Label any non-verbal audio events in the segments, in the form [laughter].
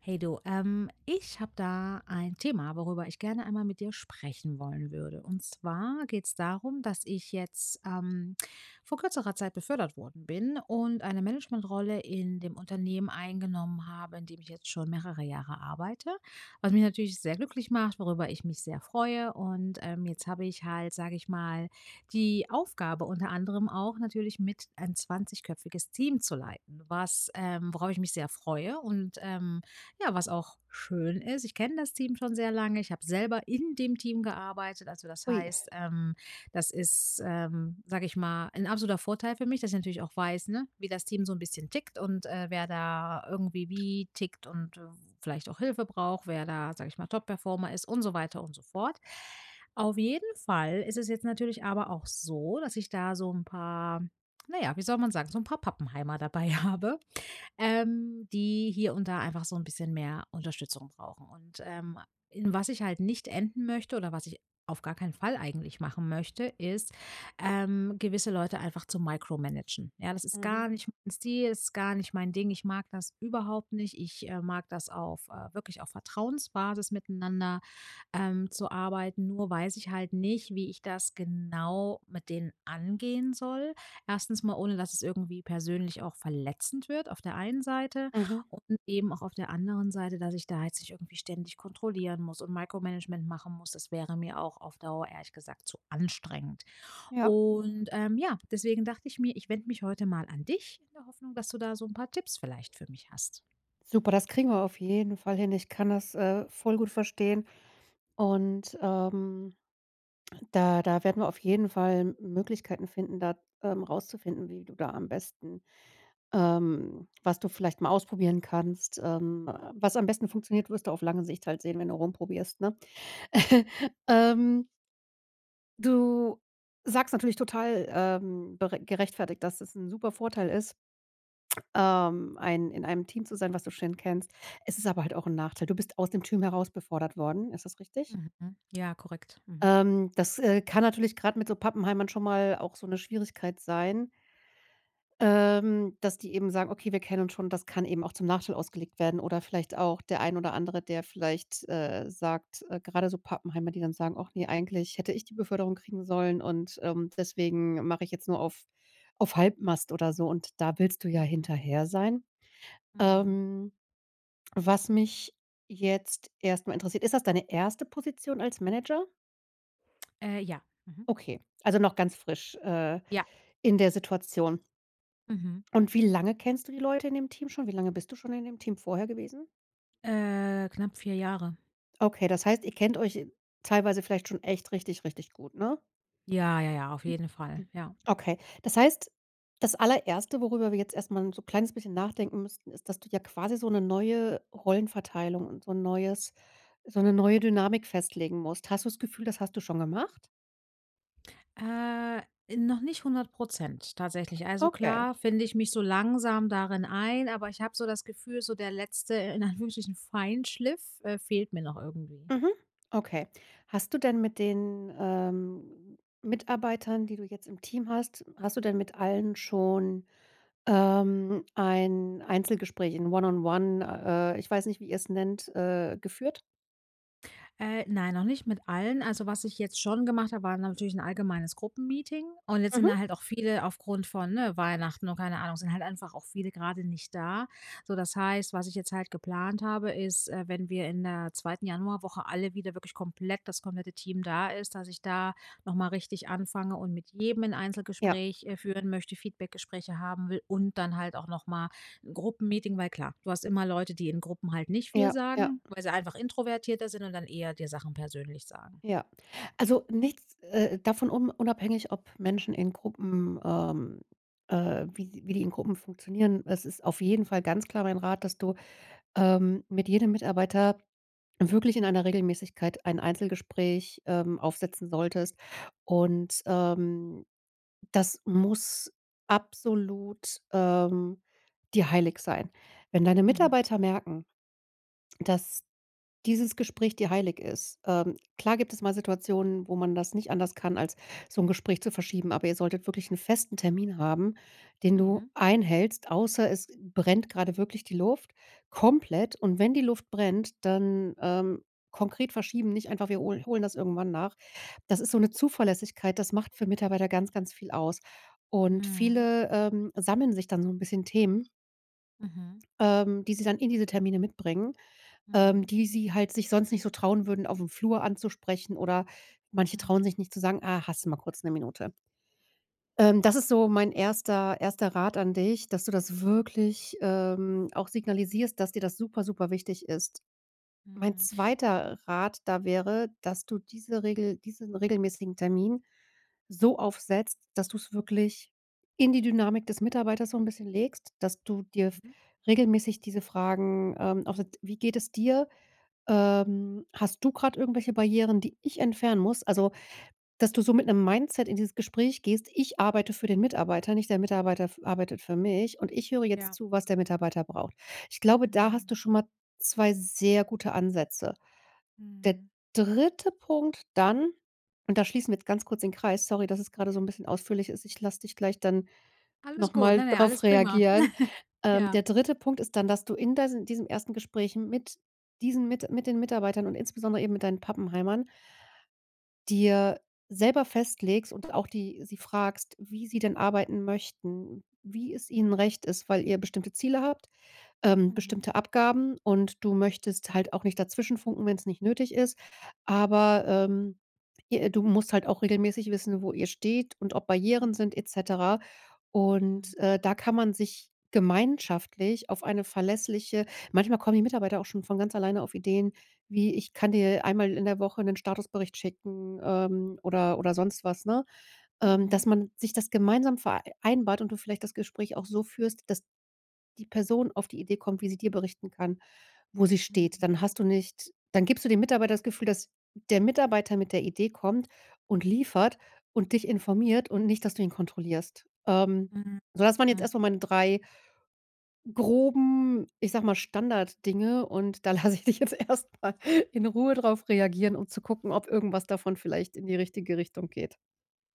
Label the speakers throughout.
Speaker 1: Hey du, ich habe da ein Thema, worüber ich gerne einmal mit dir sprechen wollen würde. Und zwar geht es darum, dass ich jetzt vor kürzerer Zeit befördert worden bin und eine Managementrolle in dem Unternehmen eingenommen habe, in dem ich jetzt schon mehrere Jahre arbeite, was mich natürlich sehr glücklich macht, worüber ich mich sehr freue. Und jetzt habe ich halt, sage ich mal, die Aufgabe unter anderem auch natürlich mit ein 20-köpfiges Team zu leiten, was worauf ich mich sehr freue und ja, was auch schön ist. Ich kenne das Team schon sehr lange. Ich habe selber in dem Team gearbeitet. Also das
Speaker 2: Ui.
Speaker 1: heißt, das ist, sage ich mal, ein absoluter Vorteil für mich, dass ich natürlich auch weiß, ne, wie das Team so ein bisschen tickt und wer da irgendwie wie tickt und vielleicht auch Hilfe braucht, wer da, sage ich mal, Top-Performer ist und so weiter und so fort. Auf jeden Fall ist es jetzt natürlich aber auch so, dass ich da so ein paar, naja, wie soll man sagen, so ein paar Pappenheimer dabei [laughs] habe, die hier und da einfach so ein bisschen mehr Unterstützung brauchen. Und, in was ich halt nicht enden möchte oder was ich auf gar keinen Fall eigentlich machen möchte, ist, gewisse Leute einfach zu micromanagen. Ja, das ist gar
Speaker 2: Mhm.
Speaker 1: nicht mein Stil, das ist gar nicht mein Ding. Ich mag das überhaupt nicht. Ich, mag das auf, wirklich auf Vertrauensbasis miteinander zu arbeiten. Nur weiß ich halt nicht, wie ich das genau mit denen angehen soll. Erstens mal, ohne dass es irgendwie persönlich auch verletzend wird, auf der einen Seite.
Speaker 2: Mhm.
Speaker 1: Und eben auch auf der anderen Seite, dass ich da jetzt nicht irgendwie ständig kontrollieren muss und Micromanagement machen muss. Das wäre mir auch auf Dauer, ehrlich gesagt, zu anstrengend.
Speaker 2: Ja.
Speaker 1: Und ja, deswegen dachte ich mir, ich wende mich heute mal an dich, in der Hoffnung, dass du da so ein paar Tipps vielleicht für mich hast.
Speaker 2: Super, das kriegen wir auf jeden Fall hin. Ich kann das, voll gut verstehen und da werden wir auf jeden Fall Möglichkeiten finden, rauszufinden, wie du da am besten was du vielleicht mal ausprobieren kannst. Was am besten funktioniert, wirst du auf lange Sicht halt sehen, wenn du rumprobierst, ne? [laughs] Ähm, du sagst natürlich total, bere gerechtfertigt, dass es ein super Vorteil ist. Ein in einem Team zu sein, was du schon kennst. Es ist aber halt auch ein Nachteil. Du bist aus dem Team heraus befördert worden. Ist das richtig?
Speaker 1: Mhm. Ja, korrekt. Mhm.
Speaker 2: Das kann natürlich gerade mit so Pappenheimern schon mal auch so eine Schwierigkeit sein, dass die eben sagen: „Okay, wir kennen uns schon.“ Das kann eben auch zum Nachteil ausgelegt werden oder vielleicht auch der ein oder andere, der vielleicht, sagt, grade so Pappenheimer, die dann sagen: „Och ne, eigentlich hätte ich die Beförderung kriegen sollen und deswegen mache ich jetzt nur auf Halbmast“ oder so, und da willst du ja
Speaker 1: Mhm.
Speaker 2: hinterher sein.
Speaker 1: Mhm.
Speaker 2: Ähm Was mich jetzt erst mal interessiert, ist: das deine erste Position als Manager?
Speaker 1: Ja. Mhm.
Speaker 2: Okay, also noch ganz frisch,
Speaker 1: Ja,
Speaker 2: in der Situation.
Speaker 1: Mhm.
Speaker 2: Und wie lange kennst du die Leute in dem Team schon? Wie lange bist du schon in dem Team vorher gewesen?
Speaker 1: Knapp 4 Jahre.
Speaker 2: Okay, das heißt, ihr kennt euch teilweise vielleicht schon echt richtig, richtig gut, ne?
Speaker 1: Ja, ja, ja, auf jeden Fall, ja.
Speaker 2: Okay, das heißt, das Allererste, worüber wir jetzt erst mal 'n so ein kleines bisschen nachdenken müssten, ist, dass du ja quasi so eine neue Rollenverteilung und eine neue Dynamik festlegen musst. Hast du das Gefühl, das hast du schon gemacht?
Speaker 1: Äh, noch nicht 100% tatsächlich. Also
Speaker 2: Okay.
Speaker 1: klar finde ich mich so langsam darin ein, aber ich habe so das Gefühl, so der letzte, in Anführungsstrichen, Feinschliff, fehlt mir noch irgendwie.
Speaker 2: Mhm. Okay. Hast du denn mit den, Mitarbeitern, die du jetzt im Team hast, hast du denn mit allen schon, ein Einzelgespräch, ein One-on-One, ich weiß nicht, wie ihr es nennt, geführt?
Speaker 1: Nein, noch nicht mit allen. Also, was ich jetzt schon gemacht habe, war natürlich ein allgemeines Gruppenmeeting und jetzt sind
Speaker 2: Mhm.
Speaker 1: da halt auch viele aufgrund von, ne, Weihnachten und keine Ahnung, sind halt einfach auch viele gerade nicht da. So, das heißt, was ich jetzt halt geplant habe, ist, wenn wir in der zweiten Januarwoche alle wieder wirklich komplett das komplette Team da ist, dass ich da noch mal richtig anfange und mit jedem ein
Speaker 2: Ja,
Speaker 1: Einzelgespräch, führen möchte, Feedbackgespräche haben will und dann halt auch noch mal Gruppenmeeting, weil klar, du hast immer Leute, die in Gruppen halt nicht viel
Speaker 2: ja, ja,
Speaker 1: sagen, weil sie einfach introvertierter sind und dann eher dir Sachen persönlich sagen.
Speaker 2: ja. Also, nichts, davon un unabhängig, ob Menschen in Gruppen, wie sie wie die in Gruppen funktionieren. Es ist auf jeden Fall ganz klar mein Rat, dass du, mit jedem Mitarbeiter wirklich in einer Regelmäßigkeit ein Einzelgespräch, aufsetzen solltest. Und das muss absolut, dir heilig sein. Wenn deine
Speaker 1: Mhm.
Speaker 2: Mitarbeiter merken, dass dieses Gespräch dir heilig ist. Klar gibt es mal Situationen, wo man das nicht anders kann, als so ein Gespräch zu verschieben, aber ihr solltet wirklich einen festen Termin haben, den
Speaker 1: Mhm.
Speaker 2: du einhältst, außer es brennt gerade wirklich die Luft komplett. Und wenn die Luft brennt, dann konkret verschieben, nicht einfach: „Wir holen das irgendwann nach.“ Das ist so eine Zuverlässigkeit, das macht für Mitarbeiter ganz, ganz viel aus. Und
Speaker 1: Mhm.
Speaker 2: viele, sammeln sich dann so ein bisschen Themen,
Speaker 1: Mhm.
Speaker 2: die sie dann in diese Termine mitbringen,
Speaker 1: Mhm.
Speaker 2: die sie halt sich sonst nicht so trauen würden, auf dem Flur anzusprechen, oder manche trauen
Speaker 1: Mhm.
Speaker 2: sich nicht zu sagen: „Ah, hast du mal kurz eine Minute?“ Das ist so mein erster Rat an dich, dass du das wirklich, auch signalisierst, dass dir das super, super wichtig ist. Mein
Speaker 1: Mhm.
Speaker 2: zweiter Rat da wäre, dass du diesen regelmäßigen Termin so aufsetzt, dass du es wirklich in die Dynamik des Mitarbeiters so ein bisschen legst, dass du dir f
Speaker 1: Mhm.
Speaker 2: regelmäßig diese Fragen, aufsetzt: „Wie geht es dir? Hast du gerade irgendwelche Barrieren, die ich entfernen muss?“ Also, dass du so mit einem Mindset in dieses Gespräch gehst: „Ich arbeite für den Mitarbeiter, nicht der Mitarbeiter f arbeitet für mich, und ich höre jetzt
Speaker 1: Ja.
Speaker 2: zu, was der Mitarbeiter braucht.“ Ich glaube, da hast
Speaker 1: Mhm.
Speaker 2: du schon mal 2 sehr gute Ansätze. Der
Speaker 1: Mhm.
Speaker 2: dritte Punkt dann, und da schließen wir jetzt ganz kurz den Kreis. Sorry, dass es gerade so ein bisschen ausführlich ist. Ich lasse dich gleich dann
Speaker 1: Alles
Speaker 2: noch
Speaker 1: gut,
Speaker 2: mal
Speaker 1: ne, ne, alles
Speaker 2: drauf
Speaker 1: prima.
Speaker 2: reagieren.
Speaker 1: [laughs] Ja.
Speaker 2: Der dritte Punkt ist dann, dass du in dessen diesem ersten Gespräch mit diesen mit den Mitarbeitern und insbesondere eben mit deinen Pappenheimern dir selber festlegst und auch die sie fragst, wie sie denn arbeiten möchten, wie es ihnen recht ist, weil ihr bestimmte Ziele habt,
Speaker 1: Mhm.
Speaker 2: bestimmte Abgaben, und du möchtest halt auch nicht dazwischenfunken, wenn es nicht nötig ist. Aber, ihr du musst halt auch regelmäßig wissen, wo ihr steht und ob Barrieren sind,
Speaker 1: Mhm.
Speaker 2: et cetera.
Speaker 1: Mhm.
Speaker 2: Und da kann man sich gemeinschaftlich auf eine verlässliche, manchmal kommen die Mitarbeiter auch schon von ganz alleine auf Ideen, wie: „Ich kann dir einmal in der Woche einen Statusbericht schicken“, oder sonst was, ne?
Speaker 1: Mhm.
Speaker 2: Dass man sich das gemeinsam vereinbart und du vielleicht das Gespräch auch so führst, dass die Person auf die Idee kommt, wie sie dir berichten kann. Wo sie steht. Dann hast du nicht, dann gibst du dem Mitarbeiter das Gefühl, dass der Mitarbeiter mit der Idee kommt und liefert und dich informiert und nicht, dass du ihn kontrollierst.
Speaker 1: Mhm.
Speaker 2: So, das waren jetzt
Speaker 1: Mhm.
Speaker 2: erst mal meine 3 groben, ich sage mal, Standarddinge, und da [laughs] lasse ich dich jetzt [laughs] erst mal in Ruhe drauf reagieren, um zu gucken, ob irgendwas davon vielleicht in die richtige Richtung geht.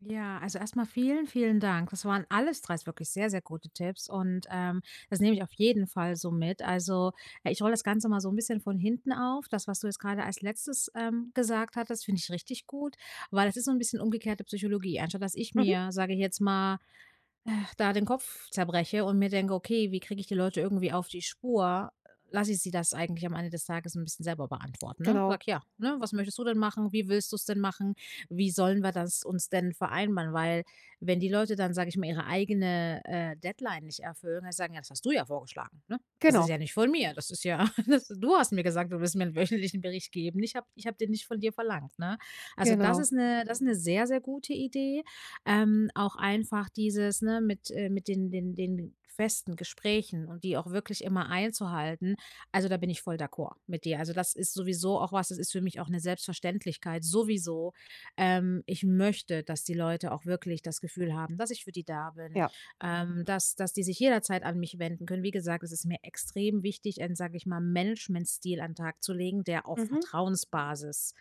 Speaker 1: Ja, also erstmal vielen, vielen Dank. Das waren alles 3 wirklich sehr, sehr gute Tipps und, das nehme ich auf jeden Fall so mit. Also, ich rolle das Ganze mal so ein bisschen von hinten auf. Das, was du jetzt gerade als Letztes, gesagt hattest, finde ich richtig gut, weil das ist so ein bisschen umgekehrte Psychologie. Anstatt dass ich
Speaker 2: Mhm,
Speaker 1: mir, sage ich jetzt mal äh, da den Kopf zerbreche und mir denke: „Okay, wie kriege ich die Leute irgendwie auf die Spur?“, lasse ich sie das eigentlich am Ende des Tages ein bisschen selber beantworten, ne?
Speaker 2: genau,
Speaker 1: Sag: „Ja, ne, was möchtest du denn machen? Wie willst du es denn machen? Wie sollen wir das uns denn vereinbaren?“ Weil wenn die Leute dann, sage ich mal, ihre eigene, Deadline nicht erfüllen, dann sagen: „Ja, das hast du ja vorgeschlagen, ne? Das ist
Speaker 2: genau,
Speaker 1: ja nicht von mir. Das ist ja [laughs] das du hast mir gesagt, du willst mir 'n wöchentlichen Bericht geben. Ich habe den nicht von dir verlangt“, ne? Also,
Speaker 2: genau.
Speaker 1: das ist eine sehr, sehr gute Idee. Auch einfach dieses, ne, mit den festen Gesprächen und die auch wirklich immer einzuhalten. Also, da bin ich voll d'accord mit dir. Also, das ist für mich auch eine Selbstverständlichkeit sowieso. Ich möchte, dass die Leute auch wirklich das Gefühl haben, dass ich für die da bin,
Speaker 2: Ja.
Speaker 1: dass die sich jederzeit an mich wenden können. Wie gesagt, es ist mir extrem wichtig, einen, sage ich mal, Managementstil an den Tag zu legen, der auf
Speaker 2: Mhm.
Speaker 1: Vertrauensbasis,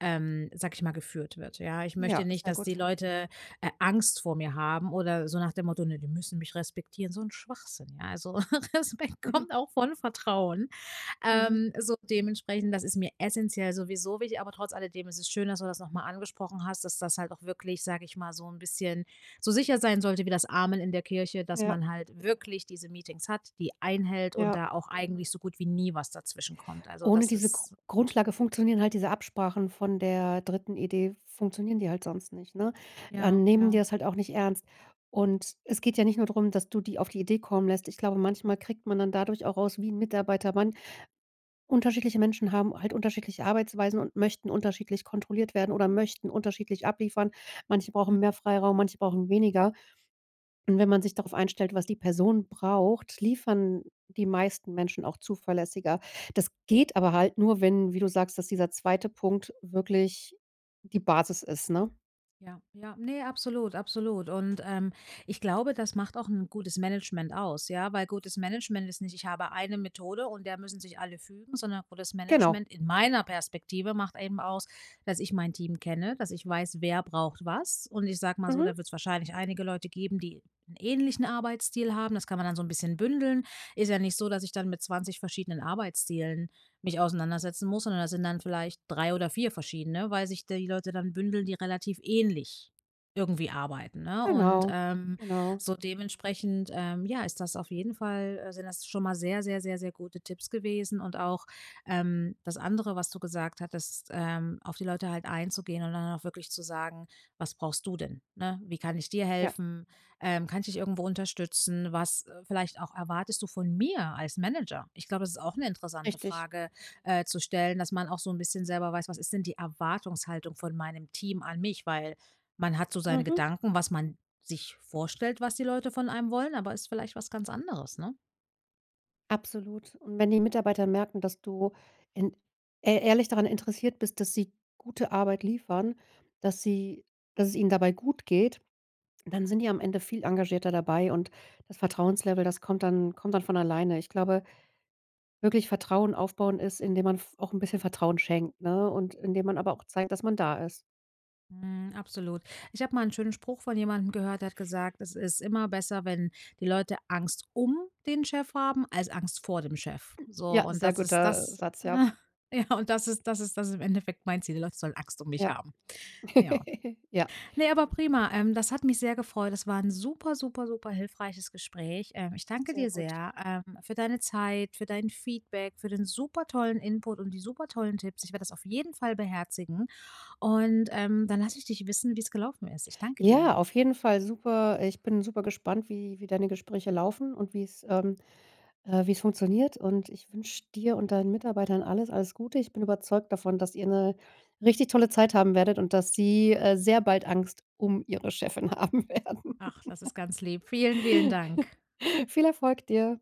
Speaker 1: sage ich mal, geführt wird, ja? Ich möchte
Speaker 2: Ja,
Speaker 1: nicht,
Speaker 2: sehr
Speaker 1: dass die
Speaker 2: gut.
Speaker 1: Leute Angst vor mir haben oder so nach dem Motto: „Ne, die müssen mich respektieren“, so ein Schwachsinn, ja. Also, [laughs] Respekt
Speaker 2: [laughs]
Speaker 1: kommt auch von Vertrauen.
Speaker 2: Mhm.
Speaker 1: So dementsprechend, das ist mir essentiell sowieso wichtig, aber trotz alledem ist es schön, dass du das noch mal angesprochen hast, dass das halt auch wirklich, sage ich mal, so ein bisschen so sicher sein sollte wie das Amen in der Kirche, dass
Speaker 2: Ja,
Speaker 1: man halt wirklich diese Meetings hat, die einhält und
Speaker 2: ja.
Speaker 1: da auch eigentlich so gut wie nie was dazwischen kommt. Also,
Speaker 2: Ohne
Speaker 1: das
Speaker 2: diese
Speaker 1: ist gut.
Speaker 2: Grundlage funktionieren halt diese Absprachen von der dritten Idee, funktionieren die halt sonst nicht, ne?
Speaker 1: Ja,
Speaker 2: Dann nehmen die
Speaker 1: ja.
Speaker 2: das halt auch nicht ernst. Und es geht ja nicht nur darum, dass du die auf die Idee kommen lässt. Ich glaube, manchmal kriegt man dann dadurch auch raus, wie ein Mitarbeiter man unterschiedliche Menschen haben halt unterschiedliche Arbeitsweisen und möchten unterschiedlich kontrolliert werden oder möchten unterschiedlich abliefern. Manche brauchen mehr Freiraum, manche brauchen weniger. Und wenn man sich darauf einstellt, was die Person braucht, liefern die meisten Menschen auch zuverlässiger. Das geht aber halt nur, wenn, wie du sagst, dass dieser zweite Punkt wirklich die Basis ist, ne?
Speaker 1: Ja, ja, ne, absolut, absolut. Und, ich glaube, das macht auch ein gutes Management aus, ja, weil gutes Management ist nicht: „Ich habe eine Methode und der müssen sich alle fügen“, sondern gutes
Speaker 2: Genau.
Speaker 1: Management in meiner Perspektive macht eben aus, dass ich mein Team kenne, dass ich weiß, wer braucht was. Und ich sage mal so,
Speaker 2: Mhm.
Speaker 1: da wird es wahrscheinlich einige Leute geben, die einen ähnlichen Arbeitsstil haben. Das kann man dann so ein bisschen bündeln. Ist ja nicht so, dass ich dann mit 20 verschiedenen Arbeitsstilen mich auseinandersetzen muss, sondern das sind dann vielleicht 3 oder 4 verschiedene, weil sich die Leute dann bündeln, die relativ ähnlich irgendwie arbeiten, ne? Und,
Speaker 2: Genau. Genau.
Speaker 1: so dementsprechend, ja, ist das auf jeden Fall sind das schon mal sehr, sehr, sehr, sehr gute Tipps gewesen und auch, das andere, was du gesagt hattest, auf die Leute halt einzugehen und dann auch wirklich zu sagen: „Was brauchst du denn?“, ne? „Wie kann ich dir
Speaker 2: Ja,
Speaker 1: helfen? Kann ich dich irgendwo unterstützen? Was, vielleicht auch erwartest du von mir als Manager?“ Ich glaube, das ist auch eine interessante
Speaker 2: richtig.
Speaker 1: Frage, zu stellen, dass man auch so ein bisschen selber weiß: „Was ist denn die Erwartungshaltung von meinem Team an mich?“ Weil man hat so seine
Speaker 2: Mhm.
Speaker 1: Gedanken, was man sich vorstellt, was die Leute von einem wollen, aber ist vielleicht was ganz anderes, ne?
Speaker 2: Absolut. Und wenn die Mitarbeiter merken, dass du in e ehrlich daran interessiert bist, dass sie gute Arbeit liefern, dass sie, dass es ihnen dabei gut geht, dann sind die am Ende viel engagierter dabei, und das Vertrauenslevel, das kommt dann von alleine. Ich glaube, wirklich Vertrauen aufbauen ist, indem man v auch ein bisschen Vertrauen schenkt, ne, und indem man aber auch zeigt, dass man da ist.
Speaker 1: Mhm, absolut. Ich habe mal einen schönen Spruch von jemandem gehört, der hat gesagt: „Es ist immer besser, wenn die Leute Angst um den Chef haben, als Angst vor dem Chef.“ So,
Speaker 2: Ja,
Speaker 1: und
Speaker 2: sehr
Speaker 1: das ist
Speaker 2: guter
Speaker 1: das,
Speaker 2: Satz, ja.
Speaker 1: ne? [laughs] Ja, und das ist im Endeffekt mein Ziel. Die Leute sollen Angst um mich
Speaker 2: Ja.
Speaker 1: haben. Ja.
Speaker 2: [laughs] Ja.
Speaker 1: Ne, aber prima. Das hat mich sehr gefreut. Das war ein super, super, super hilfreiches Gespräch. Ich danke
Speaker 2: Sehr
Speaker 1: dir
Speaker 2: gut.
Speaker 1: sehr, für deine Zeit, für dein Feedback, für den super tollen Input und die super tollen Tipps. Ich werde das auf jeden Fall beherzigen und, dann lasse ich dich wissen, wie es gelaufen ist. Ich danke dir.
Speaker 2: Ja, auf jeden Fall super, ich bin super gespannt, wie deine Gespräche laufen und wie es funktioniert. Und ich wünsche dir und deinen Mitarbeitern alles, alles Gute. Ich bin überzeugt davon, dass ihr eine richtig tolle Zeit haben werdet und dass sie, sehr bald Angst um ihre Chefin haben werden.
Speaker 1: Ach, das ist ganz lieb. Vielen, vielen Dank.
Speaker 2: [laughs] Viel Erfolg dir.